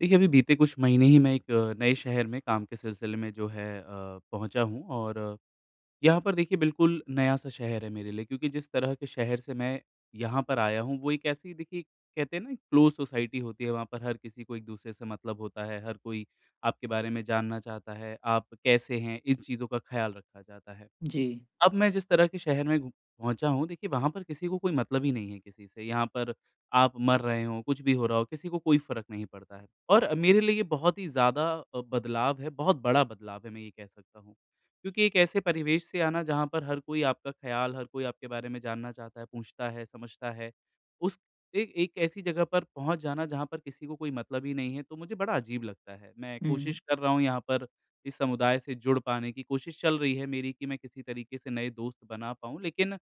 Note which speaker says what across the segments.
Speaker 1: देखिए, अभी बीते कुछ महीने ही मैं एक नए शहर में काम के सिलसिले में जो है पहुँचा हूँ और यहाँ पर देखिए बिल्कुल नया-सा शहर है मेरे लिए, क्योंकि जिस तरह के शहर से मैं यहाँ पर आया हूँ, वो एक ऐसी, देखिए, कहते हैं ना, क्लोज़ सोसाइटी होती है। वहाँ पर हर किसी को एक-दूसरे से मतलब होता है, हर कोई आपके बारे में जानना चाहता है, आप कैसे हैं? इन चीज़ों का ख़्याल रखा जाता है।
Speaker 2: जी।
Speaker 1: अब मैं जिस तरह के शहर में घू पहुँचा हूँ, देखिए वहाँ पर किसी को कोई मतलब ही नहीं है किसी से। यहाँ पर आप मर रहे हो, कुछ भी हो रहा हो, किसी को कोई फ़र्क नहीं पड़ता है। और मेरे लिए ये बहुत ही ज़्यादा बदलाव है, बहुत बड़ा बदलाव है, मैं ये कह सकता हूँ। क्योंकि एक ऐसे परिवेश से आना जहाँ पर हर कोई आपका ख़्याल, हर कोई आपके बारे में जानना चाहता है, पूछता है, समझता है। उस ए एक ऐसी जगह पर पहुँच जाना जहाँ पर किसी को कोई मतलब ही नहीं है, तो मुझे बड़ा अजीब लगता है। मैं कोशिश
Speaker 2: हुँ।
Speaker 1: कर रहा हूँ यहाँ पर, इस समुदाय से जुड़ पाने की कोशिश चल रही है मेरी कि मैं किसी तरीके से नए दोस्त बना पाऊँ। लेकिन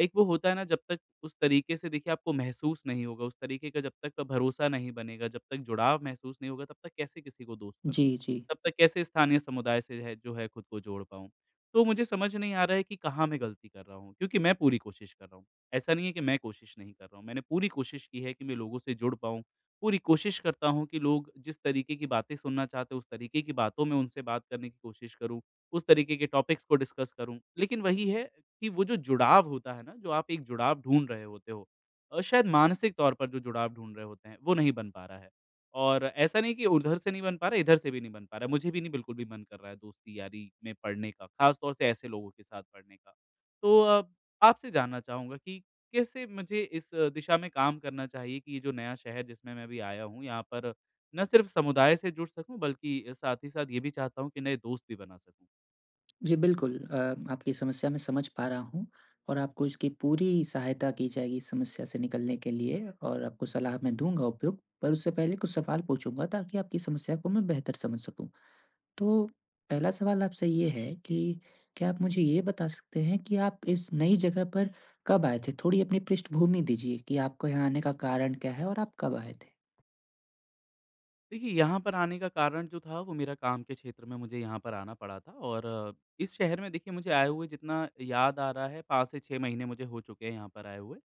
Speaker 1: एक वो होता है ना, जब तक उस तरीके से, देखिए, आपको महसूस नहीं होगा, उस तरीके का जब तक भरोसा नहीं बनेगा, जब तक जुड़ाव महसूस नहीं होगा, तब तक कैसे किसी को दोस्त बनाऊँ?
Speaker 2: जी, जी।
Speaker 1: तब तक कैसे स्थानीय समुदाय से है जो है खुद को जोड़ पाऊँ? तो मुझे समझ नहीं आ रहा है कि कहाँ मैं गलती कर रहा हूँ? क्योंकि मैं पूरी कोशिश कर रहा हूँ। ऐसा नहीं है कि मैं कोशिश नहीं कर रहा हूँ। मैंने पूरी कोशिश की है कि मैं लोगों से जुड़ पाऊँ। पूरी कोशिश करता हूँ कि लोग जिस तरीके की बातें सुनना चाहते हैं, उस तरीके की बातों में उनसे बात करने की कोशिश करूँ, उस तरीके के टॉपिक्स को डिस्कस करूँ। लेकिन वही है कि वो जो जुड़ाव होता है ना, जो आप एक जुड़ाव ढूँढ रहे होते हो, शायद मानसिक तौर पर जो जुड़ाव ढूँढ रहे होते हैं, वो नहीं बन पा रहा है। और ऐसा नहीं कि उधर से नहीं बन पा रहा है, इधर से भी नहीं बन पा रहा है। मुझे भी नहीं बिल्कुल भी मन कर रहा है दोस्ती-यारी में पढ़ने का, ख़ास तौर से ऐसे लोगों के साथ पढ़ने का। तो आपसे जानना चाहूँगा कि कैसे मुझे इस दिशा में काम करना चाहिए कि ये जो नया शहर जिसमें मैं भी आया हूँ यहाँ पर न सिर्फ समुदाय से जुड़ सकूँ, बल्कि साथ ही साथ ये भी चाहता हूँ कि नए दोस्त भी बना सकूँ।
Speaker 2: जी, बिल्कुल आपकी समस्या मैं समझ पा रहा हूँ और आपको इसकी पूरी सहायता की जाएगी इस समस्या से निकलने के लिए और आपको सलाह मैं दूँगा उपयुक्त, पर उससे पहले कुछ सवाल पूछूँगा ताकि आपकी समस्या को मैं बेहतर समझ सकूँ। तो पहला सवाल आपसे ये है कि क्या आप मुझे ये बता सकते हैं कि आप इस नई जगह पर कब आए थे? थोड़ी अपनी पृष्ठभूमि दीजिए कि आपको यहाँ आने का कारण क्या है और आप कब आए थे?
Speaker 1: देखिए यहाँ पर आने का कारण जो था वो मेरा काम के क्षेत्र में मुझे यहाँ पर आना पड़ा था, और इस शहर में, देखिए, मुझे आए हुए जितना याद आ रहा है 5 से 6 महीने मुझे हो चुके हैं यहाँ पर आए हुए।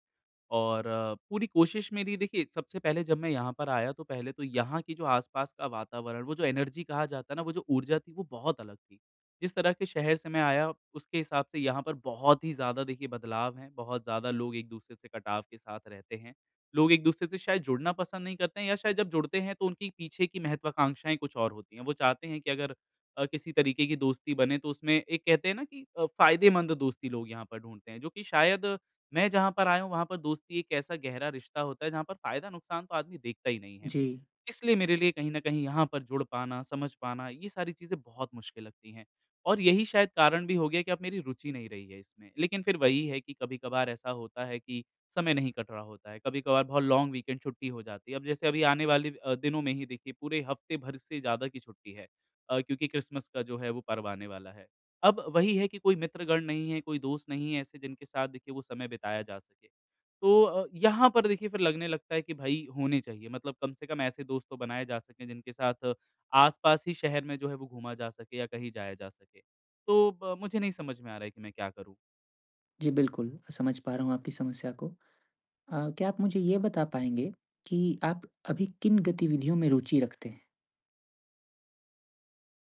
Speaker 1: और पूरी कोशिश मेरी, देखिए, सबसे पहले जब मैं यहाँ पर आया तो पहले तो यहाँ की जो आसपास का वातावरण, वो जो एनर्जी कहा जाता है ना, वो जो ऊर्जा थी, वो बहुत अलग थी। जिस तरह के शहर से मैं आया, उसके हिसाब से यहाँ पर बहुत ही ज़्यादा, देखिए, बदलाव हैं, बहुत ज़्यादा लोग एक-दूसरे से कटाव के साथ रहते हैं। लोग एक-दूसरे से शायद जुड़ना पसंद नहीं करते हैं, या शायद जब जुड़ते हैं तो उनकी पीछे की महत्वाकांक्षाएँ कुछ और होती हैं। वो चाहते हैं कि अगर किसी तरीके की दोस्ती बने तो उसमें एक कहते हैं ना कि फ़ायदेमंद दोस्ती लोग यहाँ पर ढूँढते हैं, जो कि शायद मैं जहाँ पर आया हूँ, वहाँ पर दोस्ती एक ऐसा गहरा रिश्ता होता है, जहाँ पर फ़ायदा-नुकसान तो आदमी देखता ही नहीं है।
Speaker 2: जी।
Speaker 1: इसलिए मेरे लिए कहीं न कहीं यहाँ पर जुड़ पाना, समझ पाना, ये सारी चीज़ें बहुत मुश्किल लगती हैं। और यही शायद कारण भी हो गया कि अब मेरी रुचि नहीं रही है इसमें। लेकिन फिर वही है कि कभी-कभार ऐसा होता है कि समय नहीं कट रहा होता है, कभी-कभार बहुत लॉन्ग वीकेंड छुट्टी हो जाती है। अब जैसे अभी आने वाले दिनों में ही, देखिए, पूरे हफ्ते भर से ज़्यादा की छुट्टी है, क्योंकि क्रिसमस का जो है वो पर्व आने वाला है। अब वही है कि कोई मित्रगण नहीं है, कोई दोस्त नहीं है ऐसे जिनके साथ, देखिए, वो समय बिताया जा सके। तो यहाँ पर, देखिए, फिर लगने लगता है कि भई होने चाहिए, मतलब कम से कम ऐसे दोस्त तो बनाए जा सकें जिनके साथ आस-पास ही शहर में जो है वो घूमा जा सके या कहीं जाया जा सके। तो ब मुझे नहीं समझ में आ रहा है कि मैं क्या करूँ?
Speaker 2: जी, बिल्कुल समझ पा रहा हूँ आपकी समस्या को। क्या आप मुझे ये बता पाएँगे कि आप अभी किन गतिविधियों में रुचि रखते हैं?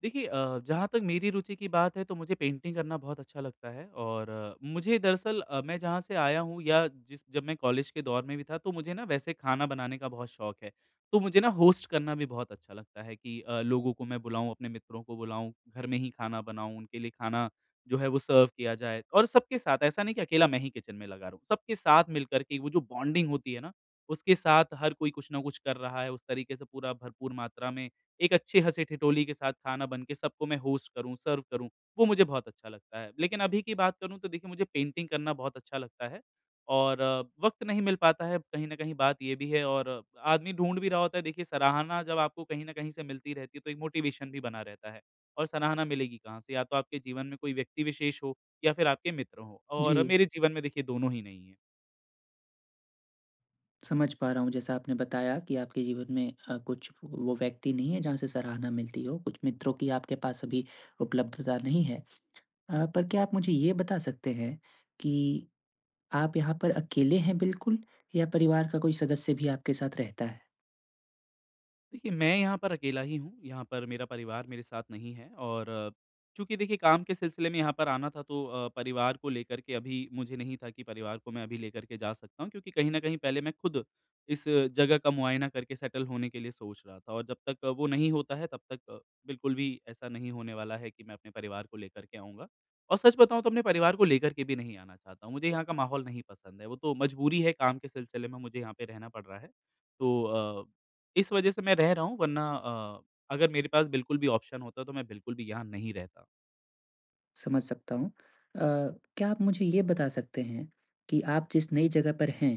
Speaker 1: देखिए जहाँ तक मेरी रुचि की बात है तो मुझे पेंटिंग करना बहुत अच्छा लगता है, और मुझे दरअसल मैं जहाँ से आया हूँ, या जिस जब मैं कॉलेज के दौर में भी था तो मुझे ना वैसे खाना बनाने का बहुत शौक है। तो मुझे ना होस्ट करना भी बहुत अच्छा लगता है कि लोगों को मैं बुलाऊँ, अपने मित्रों को बुलाऊँ, घर में ही खाना बनाऊँ, उनके लिए खाना जो है वो सर्व किया जाए, और सबके साथ ऐसा नहीं कि अकेला मैं ही किचन में लगा रहूँ। सबके साथ मिलकर के वो जो बॉन्डिंग होती है ना, उसके साथ हर कोई कुछ ना कुछ कर रहा है, उस तरीके से पूरा भरपूर मात्रा में एक अच्छे हँसी-ठिठोली के साथ खाना बन के सबको मैं होस्ट करूँ, सर्व करूँ, वो मुझे बहुत अच्छा लगता है। लेकिन अभी की बात करूँ तो, देखिए, मुझे पेंटिंग करना बहुत अच्छा लगता है, और वक़्त नहीं मिल पाता है, कहीं न कहीं बात ये भी है। और आदमी ढूँढ भी रहा होता है, देखिए, सराहना जब आपको कहीं न कहीं से मिलती रहती है, तो एक मोटिवेशन भी बना रहता है, और सराहना मिलेगी कहाँ से? या तो आपके जीवन में कोई व्यक्ति विशेष हो, या फिर आपके मित्र हों, और
Speaker 2: जी,
Speaker 1: मेरे जीवन में, देखिए, दोनों ही नहीं है।
Speaker 2: समझ पा रहा हूँ जैसा आपने बताया कि आपके जीवन में कुछ वो व्यक्ति नहीं है जहाँ से सराहना मिलती हो, कुछ मित्रों की आपके पास अभी उपलब्धता नहीं है। पर क्या आप मुझे ये बता सकते हैं कि आप यहाँ पर अकेले हैं बिल्कुल या परिवार का कोई सदस्य भी आपके साथ रहता है?
Speaker 1: देखिए, मैं यहाँ पर अकेला ही हूँ, यहाँ पर मेरा परिवार मेरे साथ नहीं है। और चूँकि, देखिए, काम के सिलसिले में यहाँ पर आना था तो परिवार को लेकर के अभी मुझे नहीं था कि परिवार को मैं अभी लेकर के जा सकता हूँ, क्योंकि कहीं न कहीं पहले मैं खुद इस जगह का मुआयना करके सेटल होने के लिए सोच रहा था, और जब तक वो नहीं होता है तब तक बिल्कुल भी ऐसा नहीं होने वाला है कि मैं अपने परिवार को लेकर के आऊँगा। और सच बताऊँ तो अपने परिवार को लेकर के भी नहीं आना चाहता हूँ, मुझे यहाँ का माहौल नहीं पसंद है, वो तो मजबूरी है काम के सिलसिले में मुझे यहाँ पे रहना पड़ रहा है। तो इस वजह से मैं रह रहा हूँ, वरना अगर मेरे पास बिल्कुल भी ऑप्शन होता तो मैं बिल्कुल भी यहाँ नहीं रहता।
Speaker 2: समझ सकता हूँ। अ, क्या आप मुझे ये बता सकते हैं कि आप जिस नई जगह पर हैं,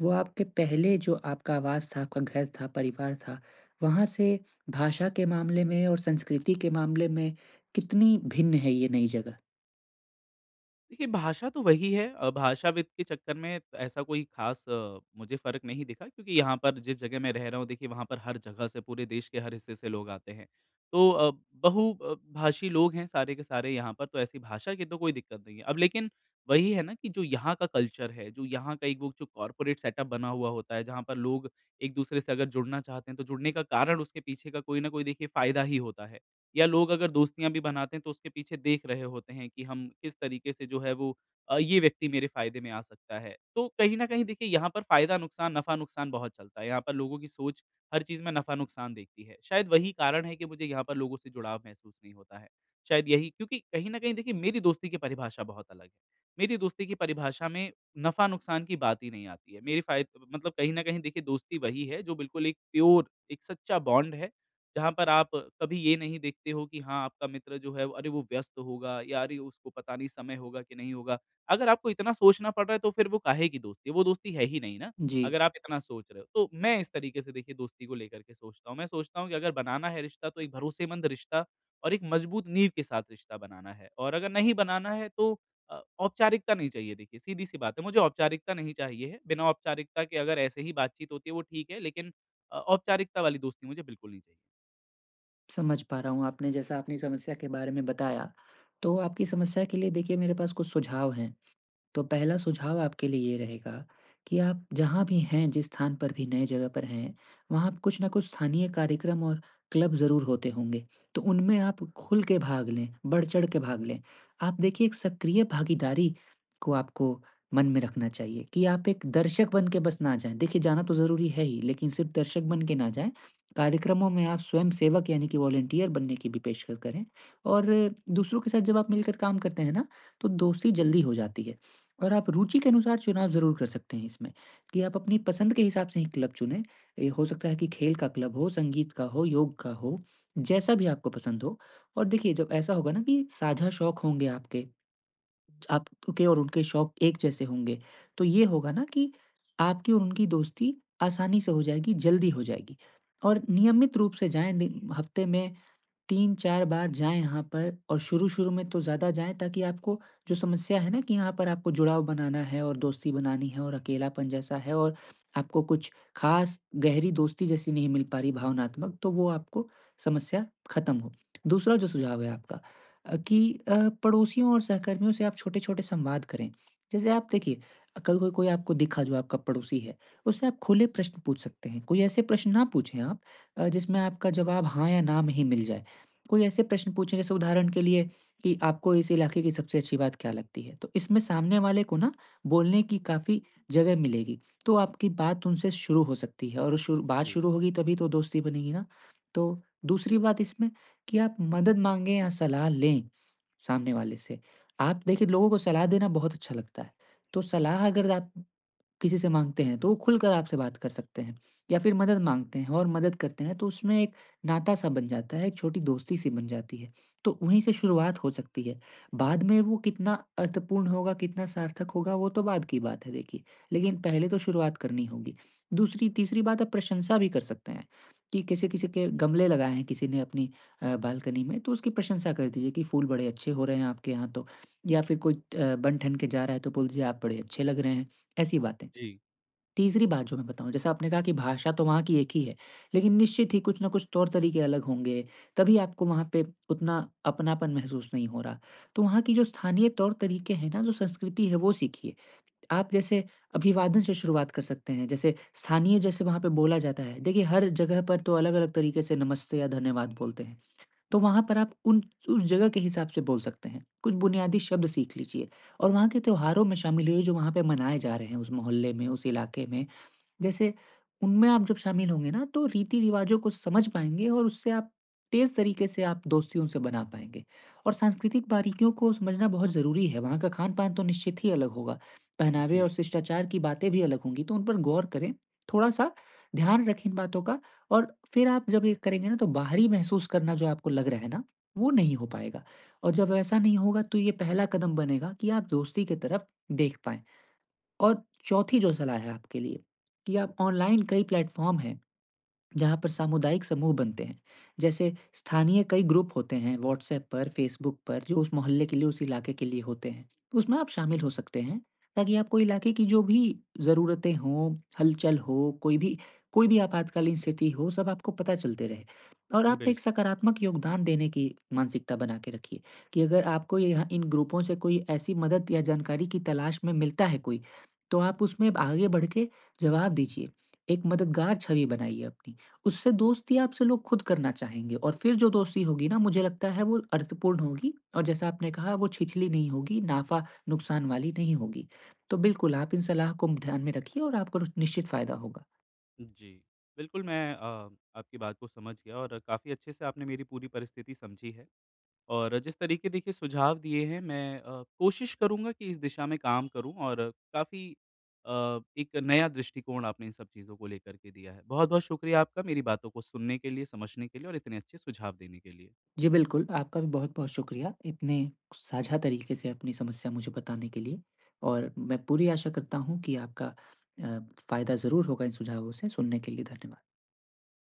Speaker 2: वो आपके पहले जो आपका आवास था, आपका घर था, परिवार था, वहाँ से भाषा के मामले में और संस्कृति के मामले में कितनी भिन्न है ये नई जगह?
Speaker 1: देखिए, भाषा तो वही है, भाषाविद के चक्कर में तो ऐसा कोई ख़ास मुझे फ़र्क नहीं दिखा, क्योंकि यहाँ पर जिस जगह मैं रह रहा हूँ, देखिए, वहाँ पर हर जगह से पूरे देश के हर हिस्से से लोग आते हैं। तो बहु भाषी लोग हैं सारे के सारे यहाँ पर, तो ऐसी भाषा की तो कोई दिक्कत नहीं है। अब लेकिन वही है ना कि जो यहाँ का कल्चर है, जो यहाँ का एक वो जो कॉर्पोरेट सेटअप बना हुआ होता है, जहाँ पर लोग एक-दूसरे से अगर जुड़ना चाहते हैं तो जुड़ने का कारण उसके पीछे का कोई न कोई, देखिए, फ़ायदा ही होता है। या लोग अगर दोस्तियाँ भी बनाते हैं तो उसके पीछे देख रहे होते हैं कि हम किस तरीके से जो है वो ये व्यक्ति मेरे फ़ायदे में आ सकता है। तो कहीं न कहीं, देखिए, यहाँ पर फ़ायदा-नुकसान, नफ़ा-नुकसान बहुत चलता है। यहाँ पर लोगों की सोच हर चीज़ में नफ़ा-नुकसान देखती है। शायद वही कारण है कि मुझे यहाँ पर लोगों से जुड़ाव महसूस नहीं होता है। शायद यही, क्योंकि कहीं न कहीं, देखिए, मेरी दोस्ती की परिभाषा बहुत अलग है। मेरी दोस्ती की परिभाषा में नफ़ा-नुकसान की बात ही नहीं आती है। मेरी फ़ाय मतलब कहीं न कहीं, देखिए, दोस्ती वही है जो बिल्कुल एक प्योर, एक सच्चा बॉन्ड है। जहाँ पर आप कभी ये नहीं देखते हो कि हाँ, आपका मित्र जो है अरे वो व्यस्त होगा, या अरे उसको पता नहीं समय होगा कि नहीं होगा। अगर आपको इतना सोचना पड़ रहा है तो फिर वो काहे की दोस्ती है? वो दोस्ती है ही नहीं ना,
Speaker 2: जी,
Speaker 1: अगर आप इतना सोच रहे हो। तो मैं इस तरीके से, देखिए, दोस्ती को लेकर के सोचता हूँ। मैं सोचता हूँ कि अगर बनाना है रिश्ता तो एक भरोसेमंद रिश्ता और एक मजबूत नींव के साथ रिश्ता बनाना है, और अगर नहीं बनाना है तो औपचारिकता नहीं चाहिए, देखिए, सीधी-सी बात है। मुझे औपचारिकता नहीं चाहिए है। बिना औपचारिकता के अगर ऐसे ही बातचीत होती है वो ठीक है, लेकिन औपचारिकता वाली दोस्ती मुझे बिल्कुल नहीं चाहिए।
Speaker 2: समझ पा रहा हूँ। आपने जैसा अपनी समस्या के बारे में बताया, तो आपकी समस्या के लिए देखिए मेरे पास कुछ सुझाव हैं। तो पहला सुझाव आपके लिए ये रहेगा कि आप जहाँ भी हैं, जिस स्थान पर भी नए जगह पर हैं, वहाँ कुछ ना कुछ स्थानीय कार्यक्रम और क्लब ज़रूर होते होंगे। तो उनमें आप खुल के भाग लें, बढ़-चढ़ के भाग लें। आप देखिए एक सक्रिय भागीदारी को आपको मन में रखना चाहिए कि आप एक दर्शक बन के बस ना जाएँ। देखिए जाना तो ज़रूरी है ही, लेकिन सिर्फ़ दर्शक बन के ना जाएँ। कार्यक्रमों में आप स्वयं सेवक यानी कि वॉलंटियर बनने की भी पेशकश करें और दूसरों के साथ जब आप मिलकर काम करते हैं ना, तो दोस्ती जल्दी हो जाती है। और आप रुचि के अनुसार चुनाव ज़रूर कर सकते हैं इसमें, कि आप अपनी पसंद के हिसाब से ही क्लब चुनें। ये हो सकता है कि खेल का क्लब हो, संगीत का हो, योग का हो, जैसा भी आपको पसंद हो। और देखिए जब ऐसा होगा ना कि साझा शौक होंगे आपके, आपके और उनके शौक एक जैसे होंगे, तो ये होगा ना कि आपकी और उनकी दोस्ती आसानी से हो जाएगी, जल्दी हो जाएगी। और नियमित रूप से जाएँ दिन हफ़्ते में 3-4 बार जाएँ यहाँ पर और शुरू-शुरू में तो ज़्यादा जाएँ ताकि आपको जो समस्या है ना कि यहाँ पर आपको जुड़ाव बनाना है और दोस्ती बनानी है और अकेलापन जैसा है और आपको कुछ ख़ास गहरी दोस्ती जैसी नहीं मिल पा रही भावनात्मक, तो वो आपको समस्या ख़त्म हो। दूसरा जो सुझाव है आपका कि पड़ोसियों और सहकर्मियों से आप छोटे-छोटे संवाद करें। जैसे आप देखिए कल को कोई आपको दिखा जो आपका पड़ोसी है, उससे आप खुले प्रश्न पूछ सकते हैं। कोई ऐसे प्रश्न ना पूछें आप जिसमें आपका जवाब हाँ या ना में ही मिल जाए। कोई ऐसे प्रश्न पूछें जैसे उदाहरण के लिए कि आपको इस इलाके की सबसे अच्छी बात क्या लगती है? तो इसमें सामने वाले को ना बोलने की काफ़ी जगह मिलेगी। तो आपकी बात उनसे शुरू हो सकती है और शुरू बात
Speaker 1: जी,
Speaker 2: शुरू होगी तभी तो दोस्ती बनेगी ना। तो दूसरी बात इसमें कि आप मदद माँगे या सलाह लें सामने वाले से। आप देखिए लोगों को सलाह देना बहुत अच्छा लगता है। तो सलाह अगर आप किसी से माँगते हैं, तो वो खुलकर आपसे बात कर सकते हैं या फिर मदद माँगते हैं और मदद करते हैं, तो उसमें एक नाता-सा बन जाता है, एक छोटी दोस्ती-सी बन जाती है। तो वहीं से शुरुआत हो सकती है। बाद में वो कितना अर्थपूर्ण होगा, कितना सार्थक होगा, वो तो बाद की बात है देखिए, लेकिन पहले तो शुरुआत करनी होगी। दूसरी तीसरी बात आप प्रशंसा भी कर सकते हैं कि किसी-किसी के गमले लगाए हैं किसी ने अपनी बालकनी में, तो उसकी प्रशंसा कर दीजिए कि फूल बड़े अच्छे हो रहे हैं आपके यहाँ तो या फिर कोई बन-ठन के जा रहा है, तो बोल दीजिए आप बड़े अच्छे लग रहे हैं, ऐसी बातें।
Speaker 1: जी,
Speaker 2: तीसरी बात जो मैं बताऊँ, जैसे आपने कहा कि भाषा तो वहाँ की एक ही है, लेकिन निश्चित ही कुछ न कुछ तौर-तरीके अलग होंगे, तभी आपको वहाँ पे उतना अपनापन महसूस नहीं हो रहा। तो वहाँ की जो स्थानीय तौर-तरीके हैं ना, जो संस्कृति है, वो सीखिए। आप जैसे अभिवादन से शुरुआत कर सकते हैं, जैसे स्थानीय जैसे वहाँ पे बोला जाता है। देखिए, हर जगह पर तो अलग-अलग तरीके से नमस्ते या धन्यवाद बोलते हैं, तो वहाँ पर आप उन उस जगह के हिसाब से बोल सकते हैं। कुछ बुनियादी शब्द सीख लीजिए और वहाँ के त्योहारों में शामिल होइए, जो वहाँ पे मनाए जा रहे हैं, उस मोहल्ले में, उस इलाके में। जैसे उनमें आप जब शामिल होंगे ना तो रीति-रिवाज़ों को समझ पाएँगे और उससे आप तेज़ तरीके से आप दोस्ती उनसे बना पाएँगे। और सांस्कृतिक बारीकियों को समझना बहुत ज़रूरी है, वहाँ का खान-पान तो निश्चित ही अलग होगा, पहनावे और
Speaker 1: जी,
Speaker 2: शिष्टाचार की बातें भी अलग होंगी, तो उन पर गौर करें, थोड़ा-सा ध्यान रखें इन बातों का और फिर आप जब ये करेंगे ना तो बाहरी महसूस करना जो आपको लग रहा है ना, वो नहीं हो पाएगा। और जब ऐसा नहीं होगा तो ये पहला कदम बनेगा कि आप दोस्ती की तरफ देख पाएँ। और चौथी जो सलाह है आपके लिए कि आप ऑनलाइन कई प्लेटफ़ॉर्म हैं जहाँ पर सामुदायिक समूह बनते हैं। जैसे स्थानीय कई ग्रुप होते हैं व्हाट्सऐप पर, फेसबुक पर जो उस मोहल्ले के लिए, उस इलाके के लिए होते हैं। उसमें आप शामिल हो सकते हैं, ताकि आपको इलाके की जो भी ज़रूरतें हों, हलचल हो, कोई भी आपातकालीन स्थिति हो, सब आपको पता चलते रहे। और आप
Speaker 1: बिल्कुल,
Speaker 2: एक सकारात्मक योगदान देने की मानसिकता बना के रखिए, कि अगर आपको यहाँ इन ग्रुपों से कोई ऐसी मदद या जानकारी की तलाश में मिलता है कोई, तो आप उसमें आगे बढ़ के जवाब दीजिए। एक मददगार छवि बनाइए अपनी। उससे दोस्ती आपसे लोग खुद करना चाहेंगे और फिर जो दोस्ती होगी ना मुझे लगता है वो अर्थपूर्ण होगी और जैसा आपने कहा वो छिछली नहीं होगी, नाफ़ा नुकसान वाली नहीं होगी। तो बिल्कुल आप इन सलाह को ध्यान में रखिए और आपको निश्चित फ़ायदा होगा।
Speaker 1: जी। बिल्कुल, मैं आपकी बात को समझ गया, और काफ़ी अच्छे से आपने मेरी पूरी परिस्थिति समझी है, और जिस तरीके, देखिए, सुझाव दिए हैं, मैं कोशिश करूँगा कि इस दिशा में काम करूँ, और काफ़ी एक नया दृष्टिकोण आपने इन सब चीज़ों को लेकर के दिया है। बहुत-बहुत शुक्रिया आपका मेरी बातों को सुनने के लिए, समझने के लिए, और इतने अच्छे सुझाव देने के लिए।
Speaker 2: जी बिल्कुल, आपका भी बहुत-बहुत शुक्रिया इतने साझा तरीके से अपनी समस्या मुझे बताने के लिए और मैं पूरी आशा करता हूँ कि आपका अ, फ़ायदा ज़रूर होगा इन सुझावों से। सुनने के लिए धन्यवाद।